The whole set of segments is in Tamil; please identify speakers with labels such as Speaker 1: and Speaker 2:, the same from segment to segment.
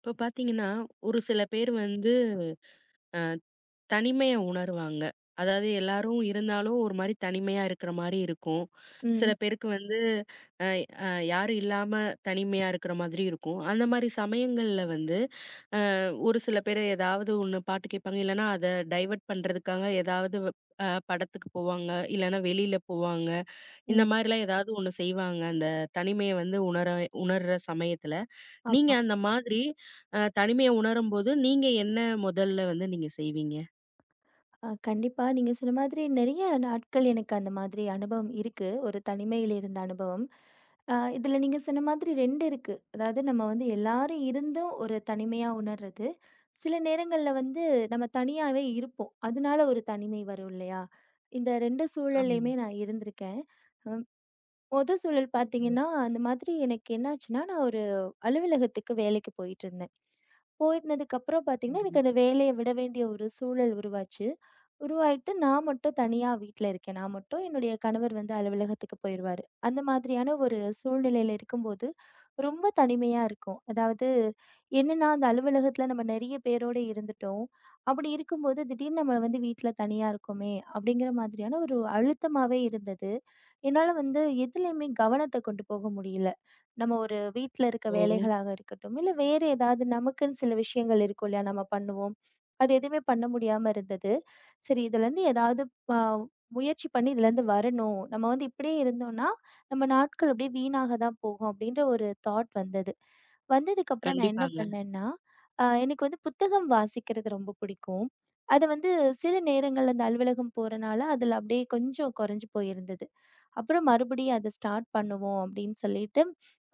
Speaker 1: இப்ப பாத்தீங்கன்னா, ஒரு சில பேர் வந்து அ தனிமைய உணருவாங்க. அதாவது எல்லாரும் இருந்தாலும் ஒரு மாரி தனிமையா இருக்கிற மாரி இருக்கும். சில
Speaker 2: ம்,
Speaker 1: பேருக்கு வந்து அ அ யாரும் இல்லாம தனிமையா இருக்கிற மாதிரி இருக்கும். அந்த மாரி சமயங்கள்ல வந்து ஒரு சில பேர் ஏதாவது ஒண்ணு பாட்டு கேட்பாங்க. இல்லன்னா அத டைவர்ட் பண்றதுக்காக ஏதாவது படத்துக்கு போவாங்க. இல்லன்னா வெளியில போவாங்க. இந்த
Speaker 2: ம்.
Speaker 1: மாரிலாம் ஏதாவது ஒண்ணு செய்வாங்க. அந்த தனிமைய வந்து உணர்ற சமயத்துல. நீங்க
Speaker 2: ஆமா.
Speaker 1: அந்த மாதிரி தனிமைய உணரும்போது, நீங்க என்ன முதல்ல வந்து நீங்க செய்வீங்க?
Speaker 2: கண்டிப்பா. நீங்க சொன்ன மாதிரி நெறைய நாட்கள் எனக்கு அந்த மாதிரி அனுபவம் இருக்கு. ஒரு தனிமையில இருந்த அனுபவம். இதுல நீங்க சொன்ன மாதிரி 2 இருக்கு. அதாவது நம்ம வந்து எல்லாரும் இருந்தும் ஒரு தனிமையா உணர்றது. சில நேரங்கள்ல வந்து நம்ம தனியாவே இருப்போம். அதனால ஒரு தனிமை வரும் இல்லையா? இந்த 2
Speaker 1: ஆமா.
Speaker 2: சூழல்லயுமே நான் இருந்திருக்கேன். மொத சூழல்
Speaker 1: ம்.
Speaker 2: பார்த்தீங்கன்னா, அந்த மாதிரி எனக்கு என்னாச்சுன்னா, நான் ஒரு அலுவலகத்துக்கு வேலைக்கு போயிட்டுருந்தேன். போயினதுக்கப்புறம் பார்த்தீங்கன்னா,
Speaker 1: சரி.
Speaker 2: எனக்கு அந்த வேலைய விட வேண்டிய ஒரு சூழல் உருவாச்சு. உருவாயிட்டு நான் மட்டும் தனியா வீட்ல இருக்கேன். நான் மட்டும். என்னுடைய கணவர் வந்து அலுவலகத்துக்கு போயிருவாரு. அந்த மாதிரியான ஒரு சூழ்நிலையில இருக்கும்போது, ரொம்ப தனிமையா இருக்கும். அதாவது என்னன்னா, அந்த அலுவலகத்துல நம்ம நெறைய பேரோட இருந்துட்டோம். அப்படி இருக்கும்போது, திடீர்னு நம்ம வந்து வீட்ல தனியா இருக்கோமே! அப்படிங்கிற மாதிரியான ஒரு அழுத்தமாவே இருந்தது. என்னால வந்து எதுலயுமே கவனத்த கொண்டு போக முடியல. நம்ம ஒரு வீட்ல இருக்க
Speaker 1: ஓ!
Speaker 2: வேலைகளாக இருக்கட்டும், இல்ல வேறு ஏதாவது நமக்குன்னு சில விஷயங்கள் இருக்கும் இல்லையா? நம்ம பண்ணுவோம். அது எதுவுமே பண்ண முடியாம இருந்தது. சரி, இதுலேருந்து ஏதாவது அ முயற்சி பண்ணி இதுலேருந்து வரணும். நம்ம வந்து இப்படியே இருந்தோம்னா, நம்ம நாட்கள் அப்படியே வீணாக தான் போகும் அப்படின்ற ஒரு தாட் வந்தது. வந்ததுக்கப்புறம் நான் என்ன
Speaker 1: கண்டிப்பாங்க.
Speaker 2: பண்ணேன்னா, எனக்கு வந்து புத்தகம் வாசிக்கிறது ரொம்ப பிடிக்கும். அது வந்து சில நேரங்கள்ல இந்த அலுவலகம் போறனால அதில அப்படியே கொஞ்சம் குறைஞ்சு போயிருந்தது. அப்புறம் மறுபடியும் அத ஸ்டார்ட் பண்ணுவோம் அப்படின்னு சொல்லிட்டு,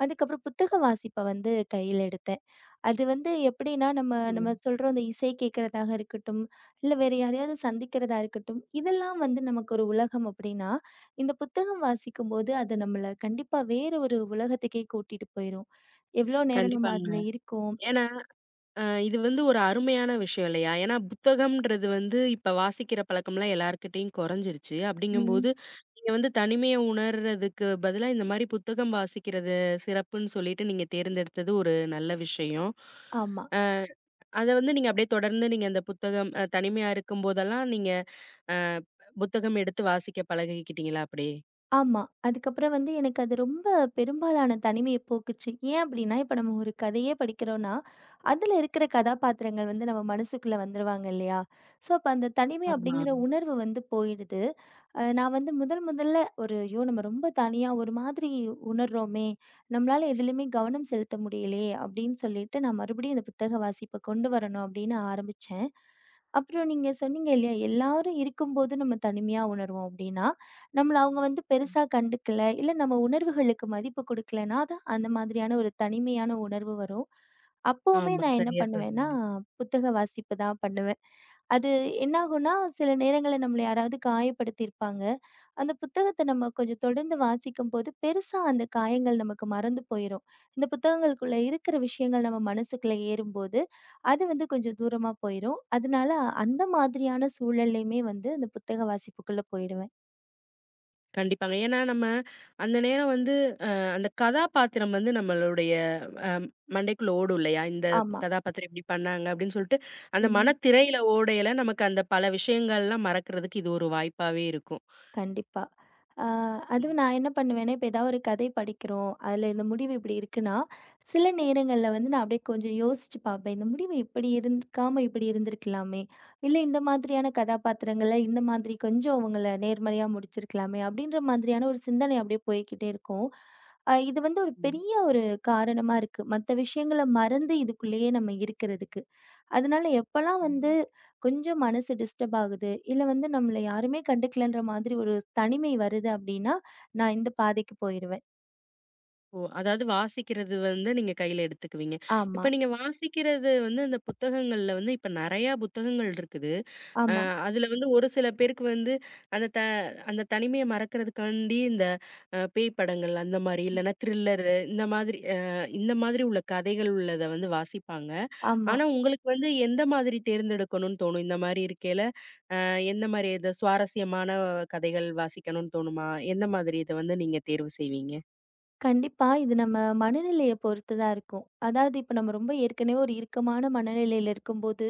Speaker 2: அதுக்கப்புறம் புத்தக வாசிப்ப வந்து கையில எடுத்தேன். அது வந்து எப்படின்னா, நம்ம நம்ம
Speaker 1: ம்.
Speaker 2: சொல்றோம் அந்த இசை கேட்கிறதாக இருக்கட்டும், இல்ல வேற யாரையாவது சந்திக்கிறதா இருக்கட்டும், இதெல்லாம் வந்து நமக்கு ஒரு உலகம் அப்படின்னா, இந்த புத்தகம் வாசிக்கும்போது அது நம்மள கண்டிப்பா வேற ஒரு உலகத்துக்கே கூட்டிட்டு போயிரும். எவ்வளோ நேரம் நம்ம
Speaker 1: கண்டிப்பாங்க.
Speaker 2: அதுல இருக்கோம்.
Speaker 1: ஏன்னா, அ இது வந்து ஒரு அருமையான விஷயம் இல்லையா? ஏன்னா புத்தகம்ன்றது வந்து இப்ப வாசிக்கிற பழக்கம்லாம் எல்லார்கிட்டயும் குறைஞ்சிருச்சு.
Speaker 2: ம்.
Speaker 1: அப்படிங்கும்போது, நீங்க வந்து தனிமைய உணர்றதுக்கு பதிலா இந்த மாரி புத்தகம் வாசிக்கிறது சிறப்புன்னு சொல்லிட்டு நீங்க தேர்ந்தெடுத்தது ஒரு நல்ல விஷயம்.
Speaker 2: ஆமா.
Speaker 1: அ அத வந்து நீங்க அப்படியே தொடர்ந்து அந்த புத்தகம் தனிமையா இருக்கும்போதெல்லாம் நீங்க அ புத்தகம் எடுத்து வாசிக்க பழகிக்கிட்டீங்களா அப்படியே?
Speaker 2: ஆமா. அதுக்கப்புறம் வந்து எனக்கு அது ரொம்ப பெரும்பாலான தனிமைய போக்குச்சு. ஏன் அப்டின்னா, இப்ப நம்ம ஒரு கதையே படிக்கிறோம்னா, அதுல இருக்கிற கதாபாத்திரங்கள் வந்து நம்ம மனசுக்குள்ள வந்துருவாங்க இல்லையா? ஸோ, அப்ப அந்த தனிமை
Speaker 1: ஆமா.
Speaker 2: அப்டிங்கிற உணர்வு வந்து போயிடுது. நான் வந்து முதல் முதல்ல ஒரு ஐயோ! நம்ம ரொம்ப தனியா ஒரு மாதிரி உணர்றோமே! நம்மளால எதுலயுமே கவனம் செலுத்த முடியலையே! அப்டின்னு சொல்லிட்டு நான் மறுபடியும் இந்த புத்தக வாசிப்ப கொண்டு வரணும் அப்டின்னு ஆரம்பிச்சேன். அப்புறம் நீங்க சொன்னீங்க இல்லையா? எல்லாரும் இருக்கும்போது நம்ம தனிமையா உணர்வோம் அப்டின்னா, நம்மள அவங்க வந்து பெருசா கண்டுக்கல, இல்ல நம்ம உணர்வுகளுக்கு மதிப்பு குடுக்கலன்னா, அது அந்த மாதிரியான ஒரு தனிமையான உணர்வு வரும். அப்பவுமே
Speaker 1: ஆமா.
Speaker 2: நான் என்ன
Speaker 1: சரியா
Speaker 2: பண்ணுவேன்னா,
Speaker 1: சொன்னீங்க.
Speaker 2: புத்தக வாசிப்பு தான் பண்ணுவேன். அது என்னாகும்னா, சில நேரங்கள்ல நம்மள யாராவது காயப்படுத்தியிருப்பாங்க. அந்த புத்தகத்த நம்ம கொஞ்சம் தொடர்ந்து வாசிக்கும்போது, பெருசா அந்த காயங்கள் நமக்கு மறந்து போயிரும். இந்த புத்தகங்களுக்குள்ள இருக்கிற விஷயங்கள் நம்ம மனசுக்குள்ள ஏறும்போது, அது வந்து கொஞ்சம் தூரமா போயிரும். அதனால அந்த மாதிரியான சூழல்லயுமே வந்து அந்த புத்தக வாசிப்புக்குள்ள போயிடுவேன்.
Speaker 1: கண்டிப்பாங்க. ஏன்னா நம்ம அந்த நேரம் வந்து அ அந்த கதாபாத்திரம் வந்து நம்மளுடைய அ மண்டைக்குள்ள ஓடும் இல்லையா? இந்த
Speaker 2: ஆமா.
Speaker 1: கதாபாத்திரம் இப்படி பண்ணாங்க அப்படின்னு சொல்லிட்டு, அந்த
Speaker 2: ம்.
Speaker 1: மனத்திரையில ஓடையில நமக்கு அந்த பல விஷயங்கள்லாம் மறக்கிறதுக்கு இது ஒரு வாய்ப்பாவே இருக்கும்.
Speaker 2: கண்டிப்பா. ஆ
Speaker 1: ம்.
Speaker 2: அதுவும் நான் என்ன பண்ணுவேன்னா, இப்ப ஏதாவது ஒரு கதை படிக்கிறோம். அதுல இந்த முடிவு இப்படி இருக்குன்னா, சில நேரங்கள்ல வந்து நான் அப்படியே கொஞ்சம் யோசிச்சு பார்ப்பேன். இந்த முடிவு இப்படி இருக்காம இப்படி இருந்திருக்கலாமே! இல்ல இந்த மாதிரியான கதாபாத்திரங்கள இந்த மாதிரி கொஞ்சம் அவங்கள நேர்மறையா முடிச்சிருக்கலாமே! அப்படின்ற மாதிரியான ஒரு சிந்தனை அப்படியே போய்க்கிட்டே இருக்கும். இது வந்து ஒரு
Speaker 1: ம்.
Speaker 2: பெரிய ஒரு காரணமா இருக்கு. மத்த விஷயங்கள மறந்து இதுக்குள்ளேயே நம்ம இருக்கிறதுக்கு. அதனால எப்பலாம் வந்து
Speaker 1: ம்.
Speaker 2: கொஞ்சம் மனசு டிஸ்டர்ப் ஆகுது, இல்ல வந்து நம்மள யாருமே கண்டுக்கலன்ற மாதிரி ஒரு தனிமை வருது அப்படின்னா, நான் இந்த பாதைக்கு போயிருவேன்.
Speaker 1: ஓ! அதாவது வாசிக்கிறது வந்து நீங்க கையில எடுத்துக்குவீங்க.
Speaker 2: ஆமா,
Speaker 1: இப்ப நீங்க வாசிக்கிறது வந்து அந்த புத்தகங்கள்ல வந்து இப்ப நெறையா புத்தகங்கள் இருக்குது. அ
Speaker 2: ஆமா,
Speaker 1: அதுல வந்து ஒரு சில பேருக்கு வந்து அந்த த அந்த தனிமைய மறக்கிறதுக்காண்டி இந்த பேய் படங்கள் அந்த மாரி இல்லன்னா த்ரில்லரு இந்த மாதிரி இந்த மாதிரி உள்ள கதைகள் உள்ளத வந்து வாசிப்பாங்க.
Speaker 2: ஆமா.
Speaker 1: ஆனா உங்களுக்கு வந்து எந்த மாதிரி தேர்ந்தெடுக்கணும்னு தோணும்? இந்த மாரி இருக்கையில எந்த மாரி இது சுவாரஸ்யமான கதைகள் வாசிக்கணும்னு தோணுமா? எந்த மாதிரி இத வந்து நீங்க தேர்வு செய்வீங்க?
Speaker 2: கண்டிப்பா. இது நம்ம மனநிலைய பொறுத்து தான் இருக்கும். அதாவது இப்ப நம்ம ரொம்ப ஏற்கனவே ஒரு இறுக்கமான மனநிலையில இருக்கும்போது,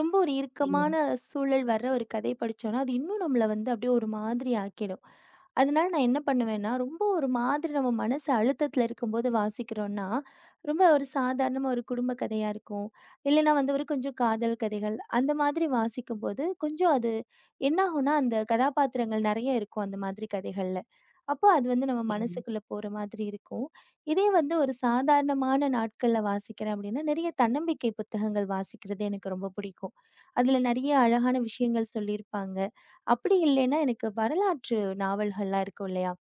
Speaker 2: ரொம்ப ஒரு இறுக்கமான
Speaker 1: ம்.
Speaker 2: சூழல் வர்ற ஒரு கதை படிச்சோம்னா, அது இன்னும் நம்மள வந்து அப்படியே ஒரு மாதிரி ஆக்கிடும். அதனால நான் என்ன பண்ணுவேன்னா, ரொம்ப ஒரு மாதிரி நம்ம மனசு அழுத்தத்துல இருக்கும்போது வாசிக்கிறோம்னா, ரொம்ப ஒரு சாதாரணமா ஒரு குடும்ப கதையா இருக்கும். இல்லைன்னா வந்து ஒரு கொஞ்சம் காதல் கதைகள் அந்த மாதிரி வாசிக்கும்போது, கொஞ்சம் அது என்ன ஆகும்னா, அந்த கதாபாத்திரங்கள் நெறைய இருக்கும் அந்த மாதிரி கதைகள்ல. அப்ப அது வந்து நம்ம
Speaker 1: ம்.
Speaker 2: மனசுக்குள்ள போற மாதிரி இருக்கும். இதே வந்து ஒரு சாதாரணமான நாட்கள்ல வாசிக்கிறேன் அப்படின்னா, நெறைய தன்னம்பிக்கை புத்தகங்கள் வாசிக்கிறது எனக்கு ரொம்ப பிடிக்கும். அதுல நெறைய அழகான விஷயங்கள் சொல்லியிருப்பாங்க. அப்படி இல்லைன்னா எனக்கு வரலாற்று நாவல்கள்லாம் இருக்கும் இல்லையா?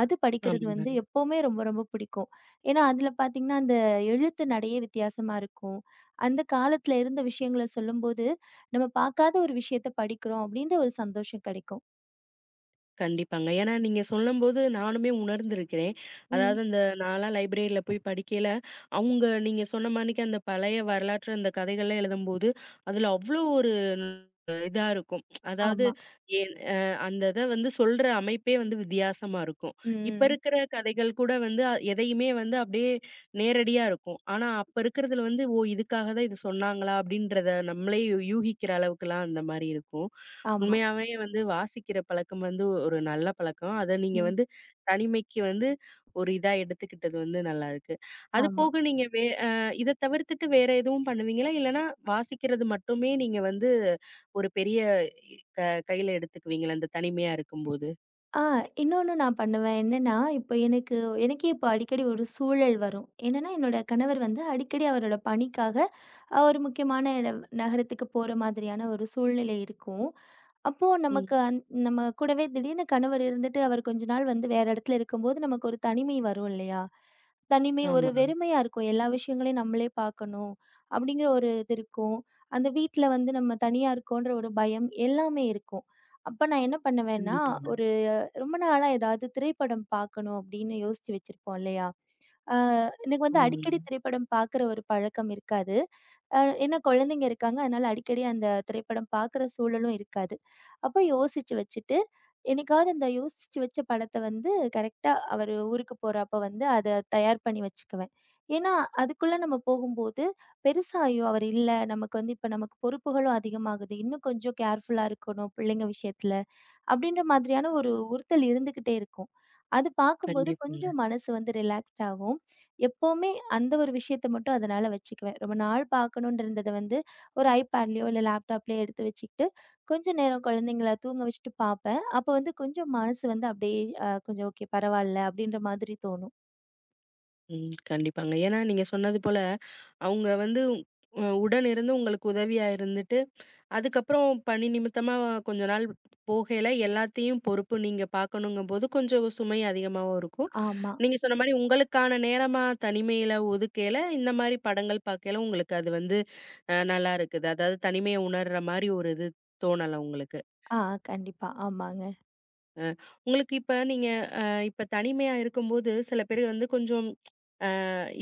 Speaker 2: அது படிக்கிறது வந்து
Speaker 1: ஆமாங்க.
Speaker 2: எப்பவுமே ரொம்ப ரொம்ப பிடிக்கும். ஏன்னா அதுல பார்த்தீங்கன்னா, அந்த எழுத்து நடையே வித்தியாசமா இருக்கும். அந்த காலத்துல இருந்த விஷயங்கள சொல்லும்போது, நம்ம பார்க்காத ஒரு விஷயத்த படிக்கிறோம் அப்படின்ற ஒரு சந்தோஷம் கெடைக்கும்.
Speaker 1: கண்டிப்பாங்க. ஏன்னா நீங்க சொல்லும்போது நானுமே உணர்ந்திருக்கிறேன். அதாவது
Speaker 2: ம்.
Speaker 1: அந்த நான்லாம் லைப்ரரியில போய் படிக்கையில, அவங்க நீங்க சொன்ன மாணிக்கு அந்த பழைய வரலாற்று அந்த கதைகள்லாம் எழுதும்போது, அதில அவ்ளோ ஒரு இதா இருக்கும். அதாவது
Speaker 2: ஆமா.
Speaker 1: ஏன் அந்த இத வந்து சொல்ற அமைப்பே வந்து வித்தியாசமா இருக்கும். இப்ப
Speaker 2: ம்.
Speaker 1: இருக்கிற கதைகள் கூட வந்து எதையுமே வந்து அப்படியே நேரடியா இருக்கும். ஆனா அப்ப இருக்கிறதுல வந்து, ஓ! இதுக்காக தான் இது சொன்னாங்களா? அப்படின்றத நம்மளே யூகிக்கிற அளவுக்குலாம் அந்த மாரி இருக்கும்.
Speaker 2: ஆமா.
Speaker 1: உண்மையாவே வந்து வாசிக்கிற பழக்கம் வந்து ஒரு நல்ல பழக்கம். அத நீங்க
Speaker 2: ம்.
Speaker 1: வந்து தனிமைக்கு வந்து ஒரு இதா எடுத்துக்கிட்டது வந்து நல்லா இருக்கு. அது
Speaker 2: ஆமா.
Speaker 1: போக நீங்க வே அ இத தவிர்த்துட்டு வேற எதுவும் பண்ணுவீங்களா? இல்லன்னா வாசிக்கிறது மட்டுமே நீங்க வந்து ஒரு பெரிய இ- க கையில எடுத்துக்குவீங்களா? இந்த தனிமையா இருக்கும்போது?
Speaker 2: ஆ இன்னொன்னு நான் பண்ணுவேன். என்னன்னா, இப்ப எனக்கு எனக்கே இப்ப அடிக்கடி ஒரு சூழல் வரும். என்னன்னா, என்னோட கணவர் வந்து அடிக்கடி அவரோட பணிக்காக ஒரு முக்கியமான இடம் நகரத்துக்கு போற மாதிரியான ஒரு சூழ்நிலை இருக்கும். அப்போ
Speaker 1: ம்.
Speaker 2: நமக்கு நம்ம கூடவே திடீர்னு கணவர் இருந்துட்டு, அவர் கொஞ்ச நாள் வந்து வேற இடத்துல இருக்கும்போது, நமக்கு ஒரு தனிமை வரும் இல்லையா? தனிமை ஒரு
Speaker 1: ஆமா.
Speaker 2: வெறுமையா இருக்கும். எல்லா விஷயங்களையும் நம்மளே பார்க்கணும், அப்படிங்கிற ஒரு இது இருக்கும். அந்த வீட்ல வந்து நம்ம தனியா இருக்கோன்ற ஒரு பயம் எல்லாமே இருக்கும். அப்ப நான் என்ன பண்ணுவேன்னா,
Speaker 1: கண்டிப்பாங்க.
Speaker 2: ஒரு ரொம்ப நாளா ஏதாவது திரைப்படம் பார்க்கணும் அப்படின்னு யோசிச்சு வச்சிருப்போம் இல்லையா? அ எனக்கு வந்து
Speaker 1: ஆமாங்க.
Speaker 2: அடிக்கடி திரைப்படம் பார்க்குற ஒரு பழக்கம் இருக்காது. அ ஏன்னா குழந்தைங்க இருக்காங்க. அதனால அடிக்கடி அந்த திரைப்படம் பார்க்குற சூழலும் இருக்காது. அப்போ யோசிச்சு வச்சுட்டு, என்னைக்காவது அந்த யோசிச்சு வச்ச படத்த வந்து கரெக்ட்டா அவரு ஊருக்கு போறப்ப வந்து அத தயார் பண்ணி வச்சுக்குவேன். ஏன்னா, அதுக்குள்ள நம்ம போகும்போது பெருசா ஐயோ! அவர் இல்ல. நமக்கு வந்து இப்ப நமக்கு பொறுப்புகளும் அதிகமாகுது. இன்னும் கொஞ்சம் கேர்ஃபுல்லா இருக்கணும் பிள்ளைங்க விஷயத்துல. அப்படின்ற மாதிரியான ஒரு உறுத்தல் இருந்துகிட்டே இருக்கும். அது பார்க்கும்போது
Speaker 1: கண்டிப்பா.
Speaker 2: கொஞ்சம் மனசு வந்து ரிலாக்ஸ்ட் ஆகும். எப்பவுமே அந்த ஒரு விஷயத்த மட்டும் அதனால வச்சுக்குவேன். ரொம்ப நாள் பார்க்கணும்னு இருந்தத வந்து ஒரு ஐபேட்லயோ இல்ல லேப்டாப்லயோ எடுத்து வச்சுக்கிட்டு, கொஞ்ச நேரம் குழந்தைங்கள தூங்க வச்சுட்டு பார்ப்பேன். அப்ப வந்து கொஞ்சம் மனசு வந்து அப்படியே கொஞ்சம் ஓகே பரவால்ல அப்படின்ற மாதிரி தோணும்.
Speaker 1: ம். கண்டிப்பாங்க. ஏன்னா நீங்க சொன்னது போல, அவங்க வந்து உடன் இருந்து உங்களுக்கு உதவியா இருந்துட்டு, அதுக்கப்புறம் பணி நிமித்தமா கொஞ்ச நாள் போகையில எல்லாத்தையும் பொறுப்பு நீங்க பார்க்கணுங்கும்போது, கொஞ்சம் சுமை அதிகமாவும் இருக்கும்.
Speaker 2: ஆமா.
Speaker 1: நீங்க சொன்ன மாரி உங்களுக்கான நேரமா தனிமையில ஒதுக்கையில, இந்த மாரி படங்கள் பார்க்கையில உங்களுக்கு அது வந்து நல்லா இருக்குது. அதாவது தனிமைய உணர்ற மாரி ஒரு இது தோணல உங்களுக்கு.
Speaker 2: ஆ கண்டிப்பா. ஆமாங்க.
Speaker 1: அ உங்களுக்கு இப்ப நீங்க அ இப்ப தனிமையா இருக்கும்போது, சில பேர் வந்து கொஞ்சம்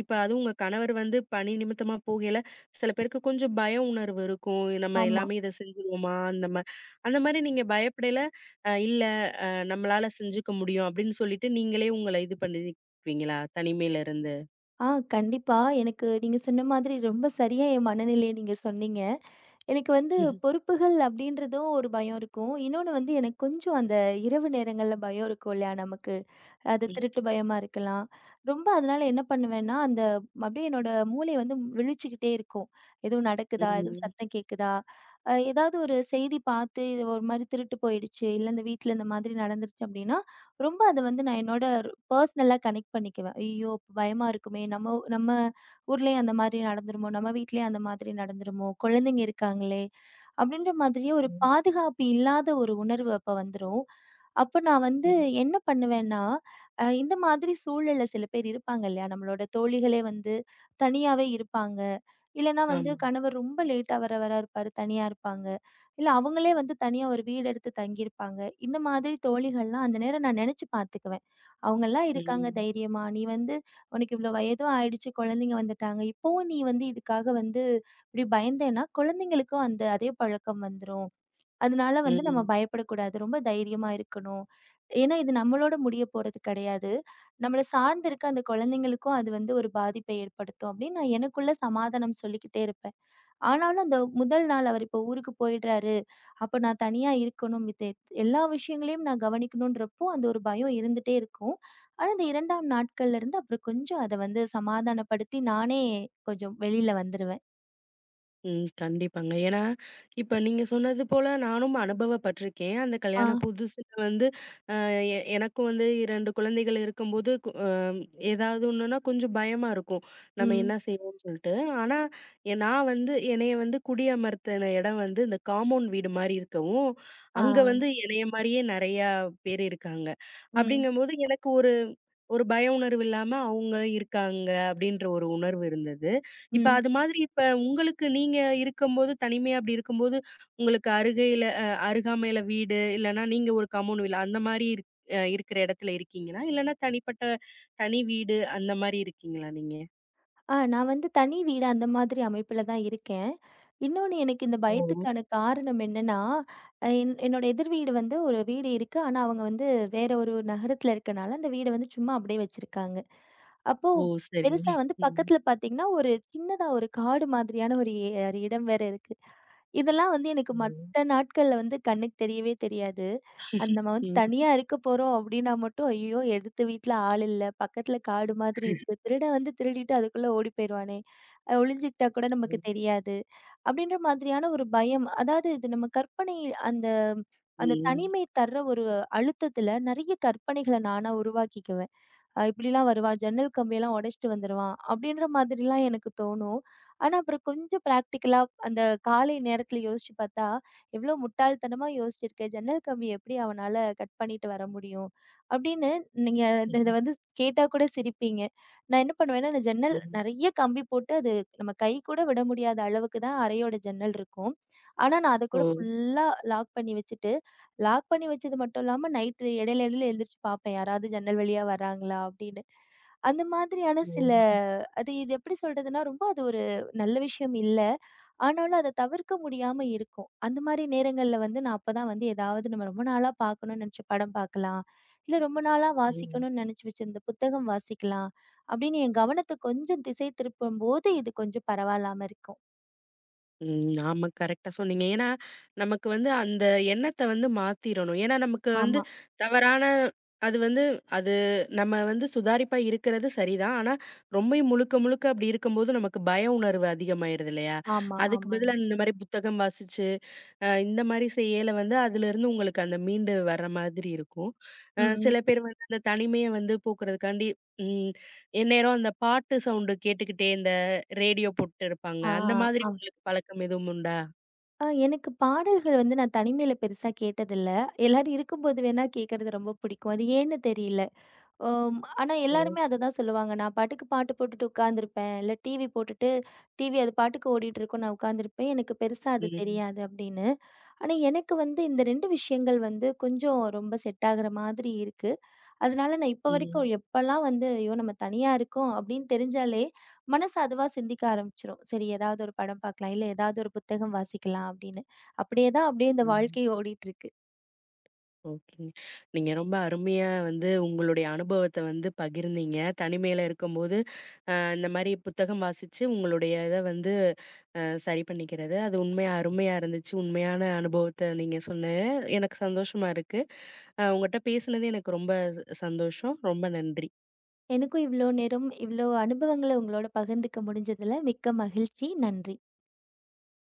Speaker 1: இப்ப அதுவும் உங்க கணவர் வந்து பணி நிமித்தமா போகையில, சில பேருக்கு கொஞ்சம் பய உணர்வு இருக்கும். நம்ம
Speaker 2: ஆமா.
Speaker 1: எல்லாமே இத செஞ்சுருவோமா? அந்த மாரி நீங்க பயப்படையில, இல்ல நம்மளால செஞ்சுக்க முடியும் அப்படின்னு சொல்லிட்டு நீங்களே உங்கள இது பண்ணிக்குவீங்களா? தனிமையில இருந்து.
Speaker 2: ஆ கண்டிப்பா. எனக்கு நீங்க சொன்ன மாதிரி ரொம்ப சரியா என் மனநிலைய நீங்க சொன்னீங்க. எனக்கு வந்து
Speaker 1: ம்,
Speaker 2: பொறுப்புகள் அப்படின்றதும் ஒரு பயம் இருக்கும். இன்னொன்னு வந்து எனக்கு கொஞ்சம் அந்த இரவு நேரங்கள்ல பயம் இருக்கும் இல்லையா நமக்கு? அது
Speaker 1: ம்,
Speaker 2: திருட்டு பயமா இருக்கலாம். ரொம்ப அதனால என்ன பண்ணுவேன்னா, அப்படியே என்னோட மூளை வந்து விழிச்சுக்கிட்டே இருக்கும். எதுவும் நடக்குதா? எதுவும்
Speaker 1: ம்,
Speaker 2: சத்தம் கேட்குதா? ஏதாவது ஒரு செய்தி பார்த்து இது ஒரு மாரி திருட்டு போயிடுச்சு, இல்ல இந்த வீட்ல இந்த மாதிரி நடந்துருச்சு அப்படின்னா, ரொம்ப அத வந்து நான் என்னோட பர்சனலா கனெக்ட் பண்ணிக்குவேன். ஐயோ! பயமா இருக்குமே! நம்ம நம்ம ஊர்லயும் அந்த மாதிரி நடந்துருமோ? நம்ம வீட்லயும் அந்த மாதிரி நடந்துருமோ? குழந்தைங்க இருக்காங்களே! அப்படின்ற மாதிரியே ஒரு
Speaker 1: ம்.
Speaker 2: பாதுகாப்பு இல்லாத ஒரு உணர்வு அப்ப வந்துரும். அப்ப நான் வந்து
Speaker 1: ம்.
Speaker 2: என்ன பண்ணுவேன்னா, இந்த மாதிரி சூழல்ல சில பேர் இருப்பாங்க இல்லையா? நம்மளோட தோழிகளே வந்து தனியாவே இருப்பாங்க. இல்லன்னா வந்து
Speaker 1: ஆமா.
Speaker 2: கணவர் ரொம்ப லேட்டா வர வரா இருப்பாரு. தனியா இருப்பாங்க. இல்ல அவங்களே வந்து தனியா ஒரு வீடு எடுத்து தங்கியிருப்பாங்க. இந்த மாதிரி தோழிகள்லாம் அந்த நேரம் நான் நெனச்சு பார்த்துக்குவேன். அவங்கலாம் இருக்காங்க
Speaker 1: ம்,
Speaker 2: தைரியமா. நீ வந்து உனக்கு இவ்ளோ வயதும் ஆயிடுச்சு. குழந்தைங்க வந்துட்டாங்க. இப்பவும் நீ வந்து இதுக்காக வந்து இப்படி பயந்தேன்னா, குழந்தைங்களுக்கும் அந்த அதே பழக்கம் வந்துரும். அதனால வந்து நம்ம
Speaker 1: ம்,
Speaker 2: பயப்படக்கூடாது. ரொம்ப தைரியமா இருக்கணும். ஏன்னா, இது நம்மளோட முடிய போறது கிடையாது. நம்மள சார்ந்து இருக்க அந்த குழந்தைங்களுக்கும் அது வந்து ஒரு பாதிப்பை ஏற்படுத்தும் அப்படின்னு நான் எனக்குள்ள சமாதானம் சொல்லிக்கிட்டே இருப்பேன். ஆனாலும் அந்த முதல் நாள் அவர் இப்போ ஊருக்கு போயிடுறாரு. அப்ப நான் தனியா இருக்கணும். மித்த எல்லா விஷயங்களையும் நான் கவனிக்கணும்ன்றப்போ அந்த ஒரு பயம் இருந்துட்டே இருக்கும். ஆனா, இந்த 2ஆம் நாட்கள்ல இருந்து அப்புறம் கொஞ்சம் அத வந்து சமாதானப்படுத்தி நானே கொஞ்சம் வெளியில வந்துருவேன்.
Speaker 1: ம். கண்டிப்பாங்க. ஏன்னா, இப்ப நீங்க சொன்னது போல நானும் அனுபவப்பட்டுருக்கேன். அந்த
Speaker 2: ஆ,
Speaker 1: கல்யாண புதுசுல வந்து எனக்கும் வந்து 2 குழந்தைகள் இருக்கும்போது, கு அ ஏதாவது ஒண்ணுன்னா கொஞ்சம் பயமா இருக்கும். நம்ம
Speaker 2: ம்.
Speaker 1: என்ன செய்வோம்ன்னு சொல்லிட்டு. ஆனா, நான் வந்து என்னைய வந்து குடியமர்த்தின இடம் வந்து இந்த காம்பவுண்ட் வீடு மாரி இருக்கவும், அங்க
Speaker 2: ஆ,
Speaker 1: வந்து என்னைய மாரியே நெறையா பேர் இருக்காங்க.
Speaker 2: ம்,
Speaker 1: அப்படிங்கும்போது எனக்கு ஒரு ஒரு பய உணர்வு இல்லாம அவங்க இருக்காங்க அப்படின்ற ஒரு உணர்வு இருந்தது. இப்ப
Speaker 2: ம்.
Speaker 1: அது மாதிரி இப்ப உங்களுக்கு நீங்க இருக்கும்போது, தனிமையா அப்படி இருக்கும்போது, உங்களுக்கு அருகையில அருகாமையில வீடு இல்லன்னா நீங்க ஒரு காம்பவுண்ட் வீடு அந்த மாரி இருக்கிற இடத்துல இருக்கீங்களா? இல்லன்னா தனிப்பட்ட தனி வீடு அந்த மாரி இருக்கீங்களா நீங்க?
Speaker 2: ஆ நான் வந்து தனி வீடு அந்த மாதிரி அமைப்பில தான் இருக்கேன். இன்னொன்னு எனக்கு இந்த
Speaker 1: ஓ!
Speaker 2: பயத்துக்கான காரணம் என்னன்னா, அ என் என்னோட எதிர் வீடு வந்து ஒரு வீடு இருக்கு. ஆனா, அவங்க வந்து வேற ஒரு நகரத்துல இருக்கனால, அந்த வீட வந்து சும்மா அப்படியே வச்சிருக்காங்க. அப்போ
Speaker 1: ஓ! சரிங்க.
Speaker 2: பெருசா வந்து
Speaker 1: ம்.
Speaker 2: பக்கத்துல பார்த்தீங்கன்னா, ஒரு சின்னதா ஒரு காடு மாதிரியான ஒரு ஒரு இடம் வேற இருக்கு. இதெல்லாம் வந்து எனக்கு
Speaker 1: ம்.
Speaker 2: மத்த நாட்கள்ல வந்து கண்ணுக்கு தெரியவே தெரியாது. அது நம்ம வந்து
Speaker 1: ம்.
Speaker 2: தனியா இருக்க போறோம் அப்டின்னா மட்டும், ஐயோ! எதிர்த்த வீட்ல ஆள் இல்ல. பக்கத்துல காடு மாதிரி இருக்கு. திருடன் வந்து திருடிட்டு அதுக்குள்ள ஓடி போயிருவானே! ஒளிஞ்சுக்கிட்டா கூட நமக்கு
Speaker 1: ம்.
Speaker 2: தெரியாது. அப்டின்ற மாதிரியான ஒரு பயம். அதாவது இது நம்ம கற்பனை. அந்த
Speaker 1: ம்.
Speaker 2: அந்த
Speaker 1: ம்.
Speaker 2: தனிமை தர்ற ஒரு அழுத்தத்துல நெறைய கற்பனைகள நானா உருவாக்கிக்குவேன். இப்படிலாம் வருவா! ஜன்னல் கம்பியெல்லாம் உடைச்சுட்டு வந்துருவான்." அப்படின்ற மாதிரிலாம் எனக்கு தோணும். ஆனா அப்புறம் கொஞ்சம் பிராக்டிகலா அந்த காலை நேரத்தில யோசிச்சு பார்த்தா, எவ்வளோ முட்டாள்தனமா யோசிச்சிருக்கேன். ஜன்னல் கம்பிய எப்படி அவனால கட் பண்ணிட்டு வர முடியும்? அப்படின்னு நீங்க இத
Speaker 1: ம்ஹ்ம்.
Speaker 2: வந்து கேட்டா கூட சிரிப்பீங்க. நான் என்ன பண்ணுவேன்னா, அந்த ஜன்னல்
Speaker 1: ம்.
Speaker 2: நெறைய கம்பி போட்டு அது நம்ம கை கூட விட முடியாத அளவுக்கு தான் அறையோட ஜன்னல் இருக்கும். ஆனா நான் அத
Speaker 1: ஓ!
Speaker 2: கூட ஃபுல்லா லாக் பண்ணி வச்சுட்டு, லாக் பண்ணி வச்சது மட்டும் இல்லாம நைட்டு இடையில இடையில எந்திரிச்சு பார்ப்பேன். யாராவது ஜன்னல் வழியா வராங்களா அப்படின்னு. அந்த மாதிரியான சில
Speaker 1: ம்.
Speaker 2: அது இது எப்படி சொல்றதுன்னா, ரொம்ப அது ஒரு நல்ல விஷயம் இல்ல. ஆனாலும் அத தவிர்க்க முடியாம இருக்கும். அந்த மாரி நேரங்கள்ல வந்து நான் அப்பதான் வந்து ஏதாவது நம்ம ரொம்ப நாளா பார்க்கணும்னு நெனச்ச படம் பார்க்கலாம். இல்ல ரொம்ப நாளா
Speaker 1: ம்.
Speaker 2: வாசிக்கணும்னு நெனச்சு வச்சிருந்த புத்தகம் வாசிக்கலாம். அப்படின்னு என் கவனத்த கொஞ்சம் திசை திருப்பும்போது இது கொஞ்சம் பரவாயில்லாம இருக்கும்.
Speaker 1: ம். ஆமா. கரெக்ட்டா சொன்னீங்க. ஏன்னா, நமக்கு வந்து அந்த எண்ணத்த வந்து மாத்திரணும். ஏன்னா, நமக்கு வந்து
Speaker 2: ஆமா,
Speaker 1: தவறான அது வந்து அது நம்ம வந்து சுதாரிப்பா இருக்கிறது சரிதான். ஆனா, ரொம்பயும் முழுக்க, முழுக்க அப்படி இருக்கும்போது நமக்கு பய உணர்வு அதிகமாயிருது இல்லையா?
Speaker 2: ஆமா,
Speaker 1: அதுக்கு பதிலா
Speaker 2: ஆமாங்க.
Speaker 1: இந்த மாரி புத்தகம் வாசிச்சு, இந்த மாரி செய்யல வந்து அதிலிருந்து உங்களுக்கு அந்த மீண்டு வர்ற மாதிரி இருக்கும்.
Speaker 2: ம்.
Speaker 1: சில பேர் வந்து அந்த தனிமைய வந்து போக்குறதுக்காண்டி, ம் எந்நேரம் அந்த பாட்டு சவுண்டு கேட்டுக்கிட்டே இந்த ரேடியோ போட்டு இருப்பாங்க.
Speaker 2: ஆ,
Speaker 1: அந்த மாதிரி
Speaker 2: ஆ.
Speaker 1: உங்களுக்கு பழக்கம் எதுவும் உண்டா?
Speaker 2: ஆ எனக்கு பாடல்கள் வந்து நான் தனிமையில பெருசா கேட்டதில்ல. எல்லாரும் இருக்கும்போது வேணா கேட்கறது ரொம்ப பிடிக்கும். அது ஏன்னு தெரியல. ஆனா
Speaker 1: ஓ!
Speaker 2: எல்லாருமே அததான் சொல்லுவாங்க. நான் பாட்டுக்கு பாட்டு போட்டுட்டு உட்காந்துருப்பேன். இல்ல டிவி போட்டுட்டு டிவி அது பாட்டுக்கு ஓடிட்டு இருக்கும். நான் உட்காந்துருப்பேன். எனக்கு பெருசா அது
Speaker 1: ம்.
Speaker 2: தெரியாது அப்படின்னு. ஆனா எனக்கு வந்து இந்த 2 விஷயங்கள் வந்து கொஞ்சம் ரொம்ப செட் ஆகுற மாதிரி இருக்கு. அதனால நான் இப்ப
Speaker 1: ம்.
Speaker 2: வரைக்கும் எப்பலாம் வந்து, ஐயோ! நம்ம தனியா இருக்கோம் அப்படின்னு தெரிஞ்சாலே, மனசு அதுவா சிந்திக்க ஆரம்பிச்சுரும். சரி ஏதாவது ஒரு படம் பார்க்கலாம், இல்ல ஏதாவது ஒரு புத்தகம் வாசிக்கலாம் அப்படின்னு. அப்படியே தான் அப்படியே இந்த
Speaker 1: ம்.
Speaker 2: வாழ்க்கை ஓடிட்டுருக்கு.
Speaker 1: ஓகேங்க. நீங்க ரொம்ப அருமையா வந்து உங்களுடைய அனுபவத்த வந்து பகிர்ந்தீங்க. தனிமையில இருக்கும்போது, இந்த மாரி புத்தகம் வாசிச்சு உங்களுடைய இத வந்து சரி பண்ணிக்கிறது. அது உண்மையா அருமையா இருந்துச்சு. உண்மையான அனுபவத்த நீங்க சொன்ன எனக்கு சந்தோஷமா இருக்கு. உங்கட்ட பேசினது எனக்கு ரொம்ப சந்தோஷம். ரொம்ப நன்றி.
Speaker 2: எனக்கும் இவ்ளோ நேரம், இவ்ளோ அனுபவங்கள உங்களோட பகிர்ந்துக்க முடிஞ்சதுல மிக்க மகிழ்ச்சி. நன்றி.